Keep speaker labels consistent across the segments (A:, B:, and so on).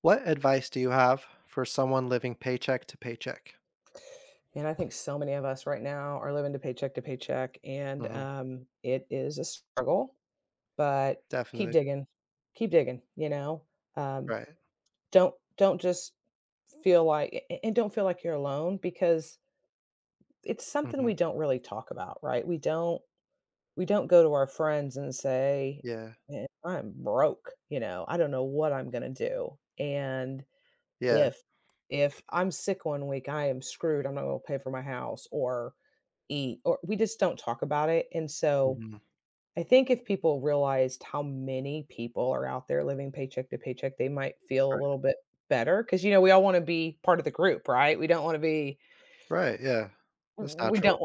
A: What advice do you have for someone living paycheck to paycheck?
B: And I think so many of us right now are living to paycheck, and
A: Mhm.
B: it is a struggle. But keep
A: Definitely.
B: digging, keep digging. Um,
A: Right.
B: don't just feel like a- and don't feel like you're alone because it's something
A: Mhm.
B: we don't really talk about, right? We don't go to our friends and say,
A: Yeah.
B: "Eh, I'm broke, you know, I don't know what I'm going to do," and
A: Yeah.
B: if if I'm sick 1 week, I am screwed, I'm not gonna pay for my house or eat, or we just don't talk about it. And so,
A: Mhm.
B: I think if people realized how many people are out there living paycheck to paycheck, they might feel a
A: Right.
B: little bit better. Because you know, we all wanna be part of the group, right? We don't wanna be
A: Right, yeah. That's
B: we
A: natural.
B: don't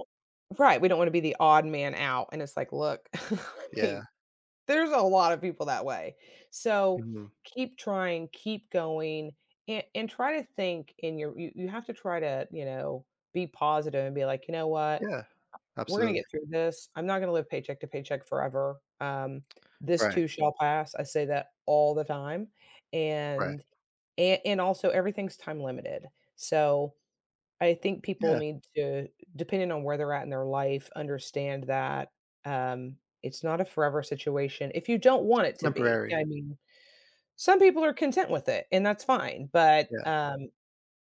B: Right, we don't wanna be the odd man out, and it's like, "Look,"
A: Yeah.
B: there's a lot of people that way. So,
A: Mhm.
B: keep trying, keep going, and try to think in you have to try to, you know, be positive and be like, "You know what?
A: Yeah.
B: We're gonna
A: Absolutely.
B: get through this. I'm not gonna live paycheck to paycheck forever. This
A: Right.
B: too shall pass." I say that all the time,
A: Right.
B: and and also everything's time limited. So I think people
A: Yeah.
B: need to, depending on where they're at in their life, understand that um, it's not a forever situation if you don't want it to be.
A: Temporary.
B: I mean, some people are content with it, and that's fine. But
A: Yeah.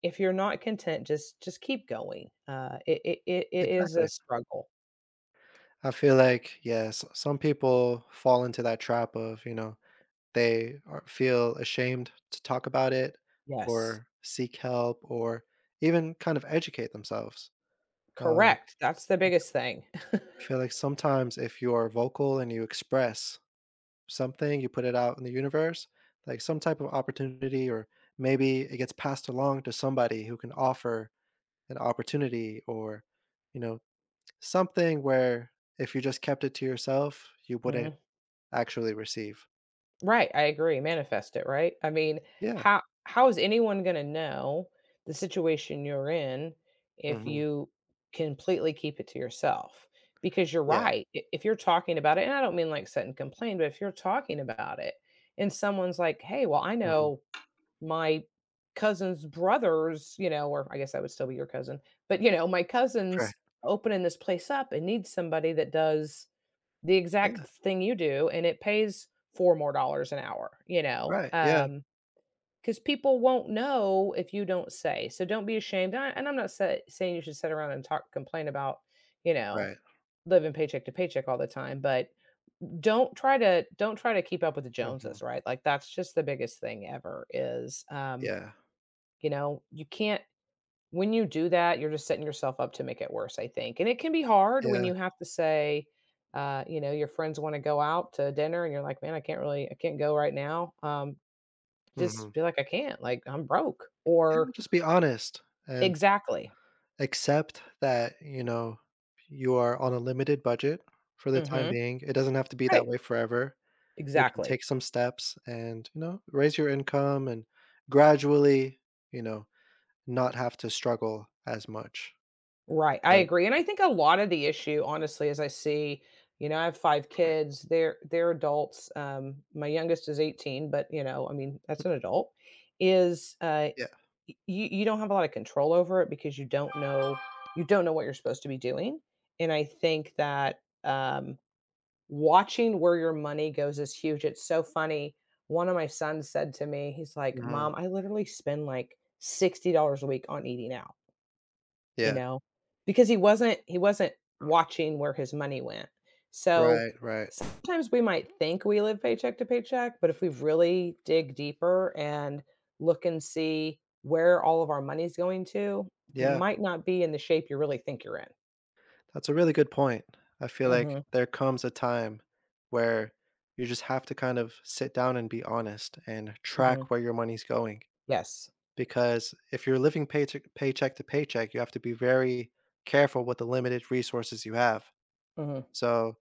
B: if you're not content, just keep going. It is a
A: Exactly.
B: struggle.
A: I feel like, yes, some people fall into that trap of, they are feel ashamed to talk about it,
B: Yes,
A: or seek help, or even kind of educate themselves. Um
B: correct. That's the biggest thing.
A: I feel like sometimes if you are vocal and you express something, you put it out in the universe, like some type of opportunity, or maybe it gets passed along to somebody who can offer an opportunity, or, you know, something where if you just kept it to yourself, you wouldn't
B: Mhm.
A: actually receive.
B: Right, I agree, manifest it, right? I mean,
A: Yeah.
B: how is anyone gonna know the situation you're in if
A: Hmm.
B: you completely keep it to yourself? Because you're
A: Yeah.
B: right, I if you're talking about it, and I don't mean like sit and complain, but if you're talking about it and someone's like, "Hey, well, I know
A: Hmm.
B: my cousin's brothers," you know, or I guess that would still be your cousin, but, you know, "My
A: Right.
B: cousin's opening this place up and needs somebody that does" the
A: Yeah.
B: exact thing you do, and it pays 4 more dollars an hour, you know,
A: Right. Yeah.
B: because people won't know if you don't say, so don't be ashamed. And I'm not sa saying you should sit around and talk complain about, you know,
A: Right.
B: living paycheck to paycheck all the time, but don't try to keep up with the
A: Hmm.
B: Joneses, right? Like, that's just the biggest thing ever is,
A: Yeah.
B: you know, you can't when you do that, you're just setting yourself up to make it worse, I think. And it can be hard when
A: Yeah.
B: you have to say, you know, your friends wanna go out to dinner and you're like, "Man, I can't go right now."
A: Hmm.
B: Just be like, "I can't, like, I'm broke," or
A: Yeah. Just be honest and
B: Exactly.
A: accept that, you know, you are on a limited budget for the time
B: Mhm.
A: being. It doesn't have to be that
B: Right.
A: way forever. You can
B: Exactly.
A: take some steps and, raise your income and gradually, you know, not have to struggle as much.
B: Right, I
A: But
B: agree, and I think a lot of the issue, honestly, as I see you know, I have 5 kids, they're adults, my youngest is 18, but, you know, I mean, that's an adult, is,
A: yeah.
B: Y you you don't have a lot of control over it because you don't know what you're supposed to be doing. And I think that, watching where your money goes is huge, it's so funny. One of my sons said to me, he's like,
A: Mhm.
B: "Mom, I literally spend, like, $60 a week on eating out." You
A: Yeah.
B: know? Because he wasn't watching where his money went. So,
A: Right, right.
B: sometimes we might think we live paycheck to paycheck, but if we really dig deeper and look and see where all of our money's going to, you
A: Yeah,
B: might not be in the shape you really think you're in.
A: that's a really good point. I feel like
B: Mhm,
A: there comes a time where you just have to kind of sit down and be honest and track
B: mhm.
A: where your money's going.
B: Yes.
A: Because if you're living paycheck to paycheck, you have to be very careful with the limited resources you have.
B: Mhm.
A: So,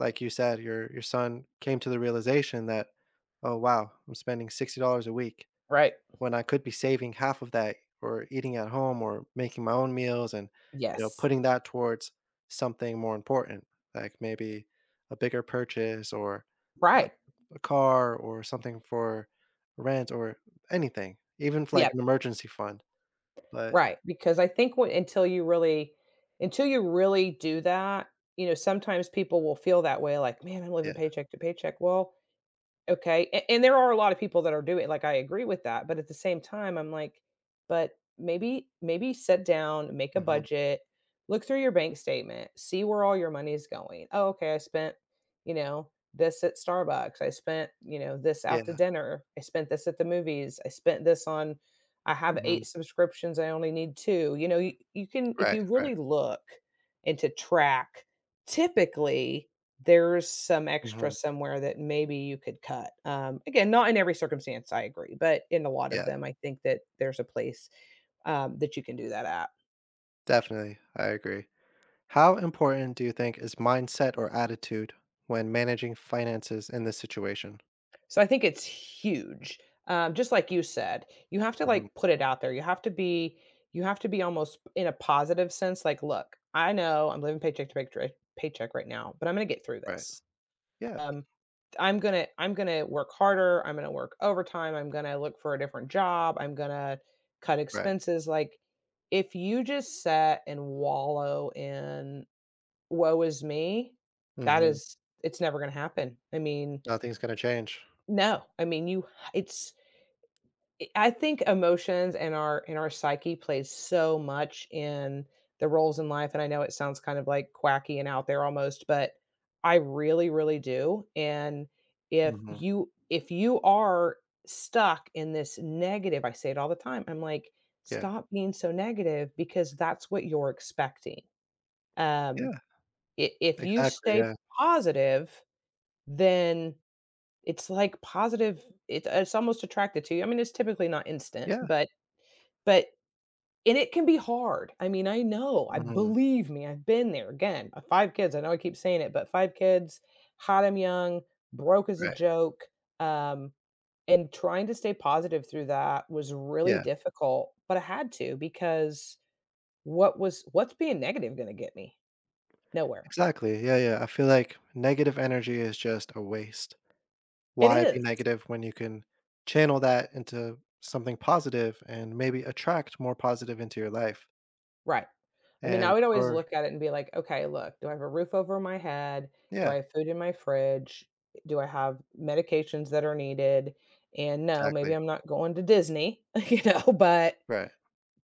A: like you said, your son came to the realization that, oh wow, I'm spending $60 a week
B: Right.
A: when I could be saving half of that, or eating at home, or making my own meals, and
B: Yes.
A: putting that towards something more important, like maybe a bigger purchase, or a,
B: Right.
A: a car, or something for rent, or anything, even if, like,
B: Yeah.
A: an emergency fund. But
B: Right, because I think when until you really do that, you know, sometimes people will feel that way like, "Man, I'm
A: yeah,
B: living paycheck to paycheck." Well, okay, and there are a lot of people that are doing like, I agree with that, but at the same time, I'm like, but maybe sit down, make a
A: mhm,
B: budget, look through your bank statement, see where all your money is going. Oh, okay, I spent, you know, this at Starbucks. I spent, you know, this out to
A: yeah,
B: dinner. I spent this at the movies. I spent this on I have
A: mhm,
B: 8 subscriptions, I only need 2. You know, you can if
A: right,
B: you
A: right,
B: really look and to track, typically there's some extra
A: mhm,
B: somewhere that maybe you could cut. Again, not in every circumstance, I agree, but in a lot of
A: yeah,
B: them, I think that there's a place, that you can do that at.
A: definitely, I agree. How important do you think is mindset or attitude when managing finances in this situation?
B: So I think it's huge. Just like you said, you have to
A: Mhm,
B: like put it out there. You have to be almost in a positive sense. Like, look, I know I'm living paycheck right now, but I'm going to get through
A: right,
B: this.
A: yeah,
B: um, I'm gonna work harder. I'm gonna work overtime. I'm gonna look for a different job. I'm gonna cut
A: right,
B: expenses. Like, if you just sit and wallow in woe is me, that
A: mhm,
B: is it's never gonna happen. I mean,
A: nothing's gonna change.
B: no. I mean, you it's I think emotions and our psyche plays so much in the roles in life. And I know it sounds kind of like quacky and out there almost, but I really, really do. And
A: Mhm,
B: if you are stuck in this negative, I say it all the time. I'm like,
A: yeah,
B: stop being so negative because that's what you're expecting. Um,
A: yeah,
B: if you
A: exactly,
B: stay
A: yeah,
B: positive, then it's like positive. It's almost attracted to you. I mean, it's typically not instant,
A: yeah,
B: but but and it can be hard. I mean, I know. I
A: mhm,
B: Believe me, I've been there. Again, 5 kids, I know I keep saying it, but 5 kids, had them young, broke as a
A: right,
B: joke, um, and trying to stay positive through that was really
A: yeah,
B: difficult, but I had to because what's being negative gonna get me? Nowhere.
A: exactly, yeah, yeah, I feel like negative energy is just a waste.
B: It
A: Why be
B: is.
A: negative when you can channel that into something positive and maybe attract more positive into your life?
B: Right. I mean, I
A: And
B: would always
A: or
B: look at it and be like, "Okay, look, do I have a roof over my head? Do I
A: yeah,
B: have food in my fridge? Do I have medications that are needed? And no, maybe
A: exactly.
B: I'm not going to Disney, you know, but
A: Right.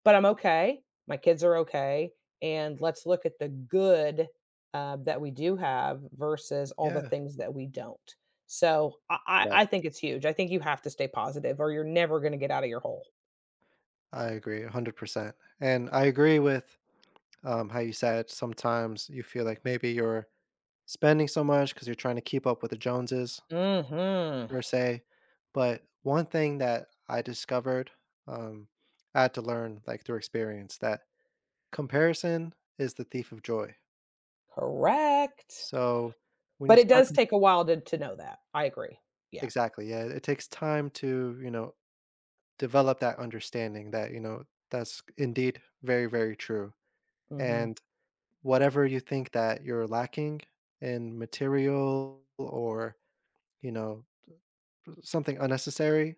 B: I'm okay. My kids are okay. And let's look at the good that we do have versus all the
A: Yeah,
B: things that we don't. So
A: right.
B: I think it's huge. I think you have to stay positive or you're never going to get out of your hole.
A: I agree 100%. And I agree with how you said sometimes you feel like maybe you're spending so much because you're trying to keep up with the Joneses
B: Hmm.
A: per se. But one thing that I discovered, um, I had to learn, like, through experience that comparison is the thief of joy.
B: Correct.
A: So, when you
B: But it
A: start
B: does
A: com
B: take a while to know that. I agree. Yeah.
A: exactly, yeah, it takes time to, develop that understanding that, that's indeed very, very true,
B: Mhm,
A: and whatever you think that you're lacking in material, or, you know, something unnecessary,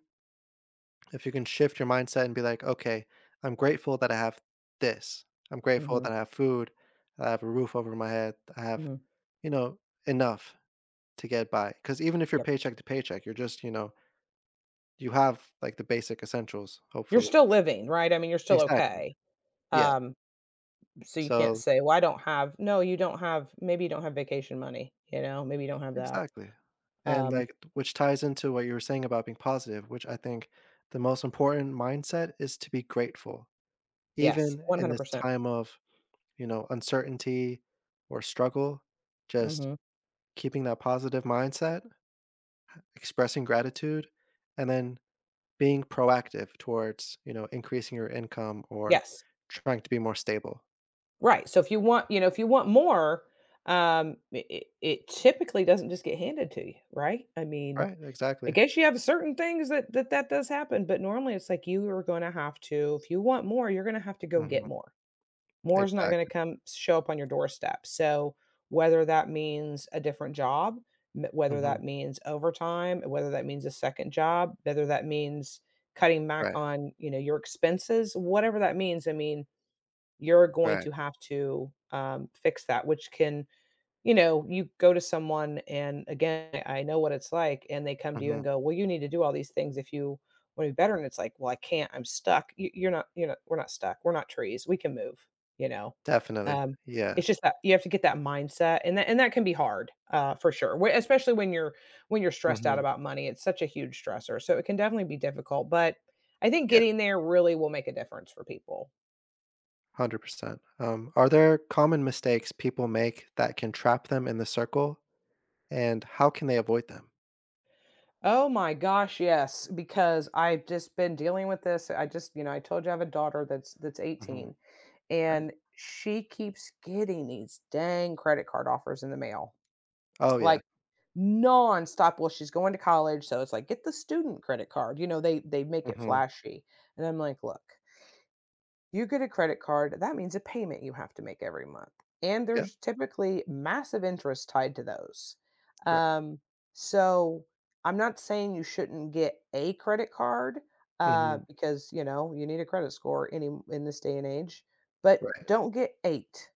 A: if you can shift your mindset and be like, "Okay, I'm grateful that I have this. I'm grateful
B: mhm,
A: that I have food, I have a roof over my head, I have,
B: mhm.
A: you know, enough to get by. Because even if you're
B: Yep.
A: paycheck to paycheck, you're just, you have, like, the basic essentials,
B: You're
A: hopefully."
B: still living, right? I mean, you're still
A: Exactly.
B: okay.
A: Yeah.
B: Um, so you can't
A: So
B: say, "Well, I don't have" no, you don't have maybe you don't have vacation money, you know? Maybe you don't have that.
A: exactly. And,
B: Um,
A: like, which ties into what you were saying about being positive, which I think the most important mindset is to be grateful.
B: yes,
A: Even in this
B: 100%.
A: time of, uncertainty or struggle, just
B: Mhm.
A: keeping that positive mindset, expressing gratitude, and then being proactive towards, increasing your income or
B: Yes.
A: trying to be more stable.
B: Right, so if you want you know, if you want more, it typically doesn't just get handed to you, right? I mean,
A: Right,
B: I
A: exactly.
B: guess you have certain things that does happen, but normally it's like you are gonna have to if you want more, you're gonna have to go
A: Mhm.
B: get more. More is not gonna
A: Exactly.
B: come show up on your doorstep. So whether that means a different job, whether
A: Mhm.
B: that means overtime, whether that means a second job, whether that means cutting back
A: Right,
B: on you know your expenses, whatever that means, I mean, you're going
A: right.
B: to have to fix that, which can you know, you go to someone and again, I know what it's like, and they come to you
A: Mhm.
B: and go, "Well, you need to do all these things if you want to be better." And it's like, "Well, I can't. I'm stuck." You're not. You are not we're not stuck. We're not trees. We can move. You know,
A: Definitely.
B: um,
A: Yeah.
B: it's just that you have to get that mindset, and that can be hard, for sure, especially when you're stressed out
A: Mhm.
B: about money. It's such a huge stressor, so it can definitely be difficult. But I think
A: Yeah,
B: getting there really will make a difference for people.
A: 100%. Are there common mistakes people make that can trap them in the circle, and how can they avoid them?
B: Oh my gosh, yes, because I've just been dealing with this. I just, you know, I told you I have a daughter that's
A: Mhm.
B: 18
A: Right.
B: and she keeps getting these dang credit card offers in the mail.
A: Oh, yeah.
B: Like, nonstop. Well, she's going to college, so it's like get the student credit card. You know, they make it
A: Mhm.
B: flashy. And I'm like, look, you get a credit card, that means a payment you have to make every month, and
A: Yeah.
B: there's typically massive interest tied to those.
A: Right.
B: Um, so I'm not saying you shouldn't get a credit card,
A: Mhm.
B: because, you know, you need a credit score any in this day and age, but
A: Right.
B: don't get 8.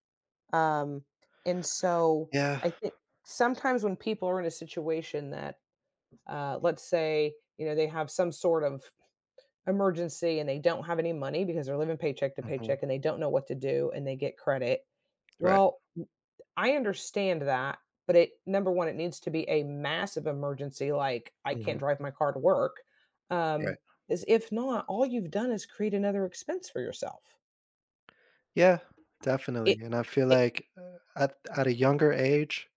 B: Um, and so
A: Yeah.
B: I think sometimes when people are in a situation that, let's say, you know, they have some sort of emergency and they don't have any money because they're living paycheck to
A: Mhm.
B: paycheck and they don't know what to do and they get credit.
A: Right.
B: Well, I understand that, but it number one, it needs to be a massive emergency, like I can't
A: Mhm.
B: drive my car to work. Um,
A: Right.
B: is if not, all you've done is create another expense for yourself.
A: Yeah, definitely,
B: It,
A: and I feel
B: it,
A: like, at a younger age,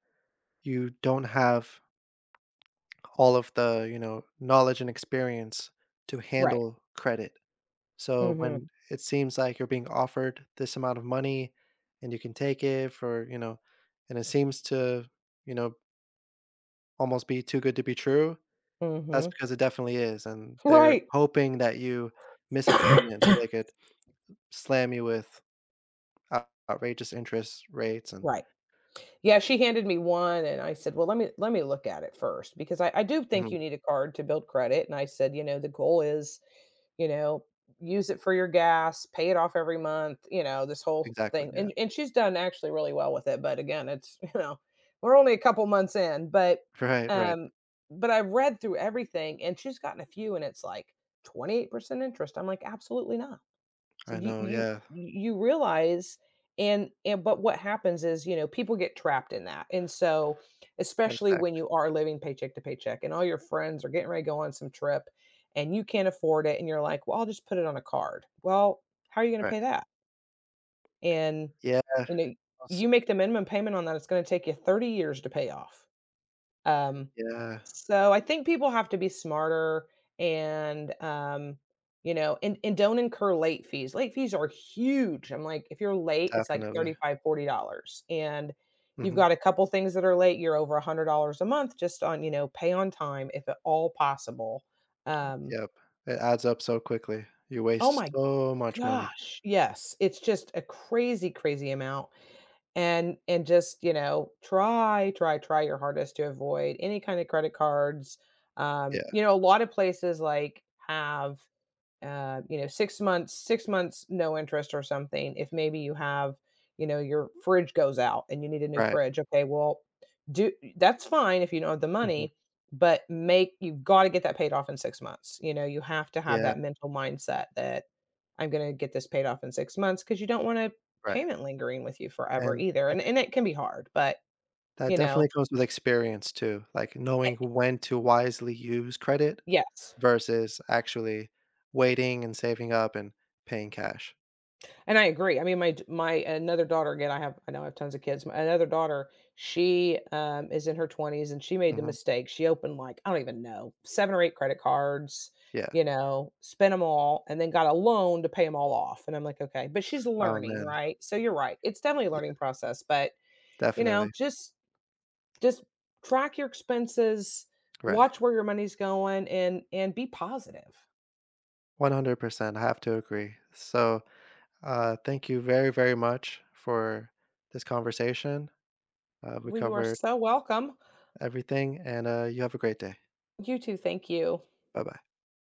A: you don't have all of the, knowledge and experience to
B: right.
A: handle credit. So
B: Mm-hmm.
A: when it seems like you're being offered this amount of money and you can take it for, and it seems to, you know, almost be too good to be true, that's
B: Mm-hmm.
A: because it definitely is. And they're
B: Right.
A: hoping that you miss a payment so they could slam you with outrageous interest rates and
B: Right. Yeah, she handed me one and I said, "Well, let me look at it first because I do think
A: mhm,
B: you need a card to build credit." And I said, "You know, the goal is, you know, use it for your gas, pay it off every month, you know, this whole
A: exactly.
B: thing."
A: Yeah.
B: And she's done actually really well with it, but again, it's, you know, we're only a couple months in,
A: Right, right.
B: um but I read through everything and she's gotten a few and it's like 28% interest. I'm like, "Absolutely not." So
A: I
B: you
A: know.
B: you
A: Yeah.
B: you realize and but what happens is, you know, people get trapped in that. And so, especially when
A: Exactly.
B: you are living paycheck to paycheck and all your friends are getting ready to go on some trip and you can't afford it and you're like, "Well, I'll just put it on a card." Well, how are you gonna
A: Right.
B: pay that? And,
A: Yeah.
B: you know,
A: Also,
B: you make the minimum payment on that, it's gonna take you 30 years to pay off. Um,
A: yeah.
B: so I think people have to be smarter and you know, and don't incur late fees. Late fees are huge. I'm like, if you're late, it's like
A: Definitely.
B: 35, $40 and you've
A: Hmm.
B: got a couple things that are late, you're over $100 a month just on, you know, pay on time if at all possible. Um,
A: Yep. It adds up so quickly. You
B: oh
A: waste
B: my
A: so much money.
B: gosh, yes, it's just a crazy, crazy amount and just you know try your hardest to avoid any kind of credit cards
A: Yeah,
B: you know a lot of places like have you know, six months, no interest or something. If maybe you have, you know, your fridge goes out and you need a new
A: right,
B: fridge. Okay, well, do that's fine if you don't have the
A: mhm,
B: money, but make you've got to get that paid off in 6 months. You know, you have to have
A: yeah,
B: that mental mindset that I'm going to get this paid off in 6 months because you don't want a
A: right,
B: payment lingering with you forever
A: and
B: either.
A: I
B: And
A: think
B: and it can be hard, but
A: that
B: you know,
A: definitely comes with experience too, like, knowing
B: eh,
A: when to wisely use credit
B: yes.
A: versus actually waiting and saving up and paying cash.
B: And I agree. I mean, my another daughter again, I know I have tons of kids. My another daughter, she, is in her 20s, and she made the
A: Mhm,
B: mistake. She opened, like, I don't even know, 7 or 8 credit cards,
A: yeah.
B: you know, spent them all, and then got a loan to pay them all off, and I'm like, "Okay." But she's
A: Oh,
B: learning,
A: man.
B: right? So you're right. It's definitely a
A: Yeah,
B: learning process, but, you know,
A: definitely.
B: just track your expenses,
A: Right.
B: watch where your money's going, and be positive.
A: 100%, I have to agree. So, thank you very, very much for this conversation. We
B: Well, you are
A: covered
B: so welcome.
A: everything, and, you have a great day.
B: You too. Thank you.
A: Bye-bye.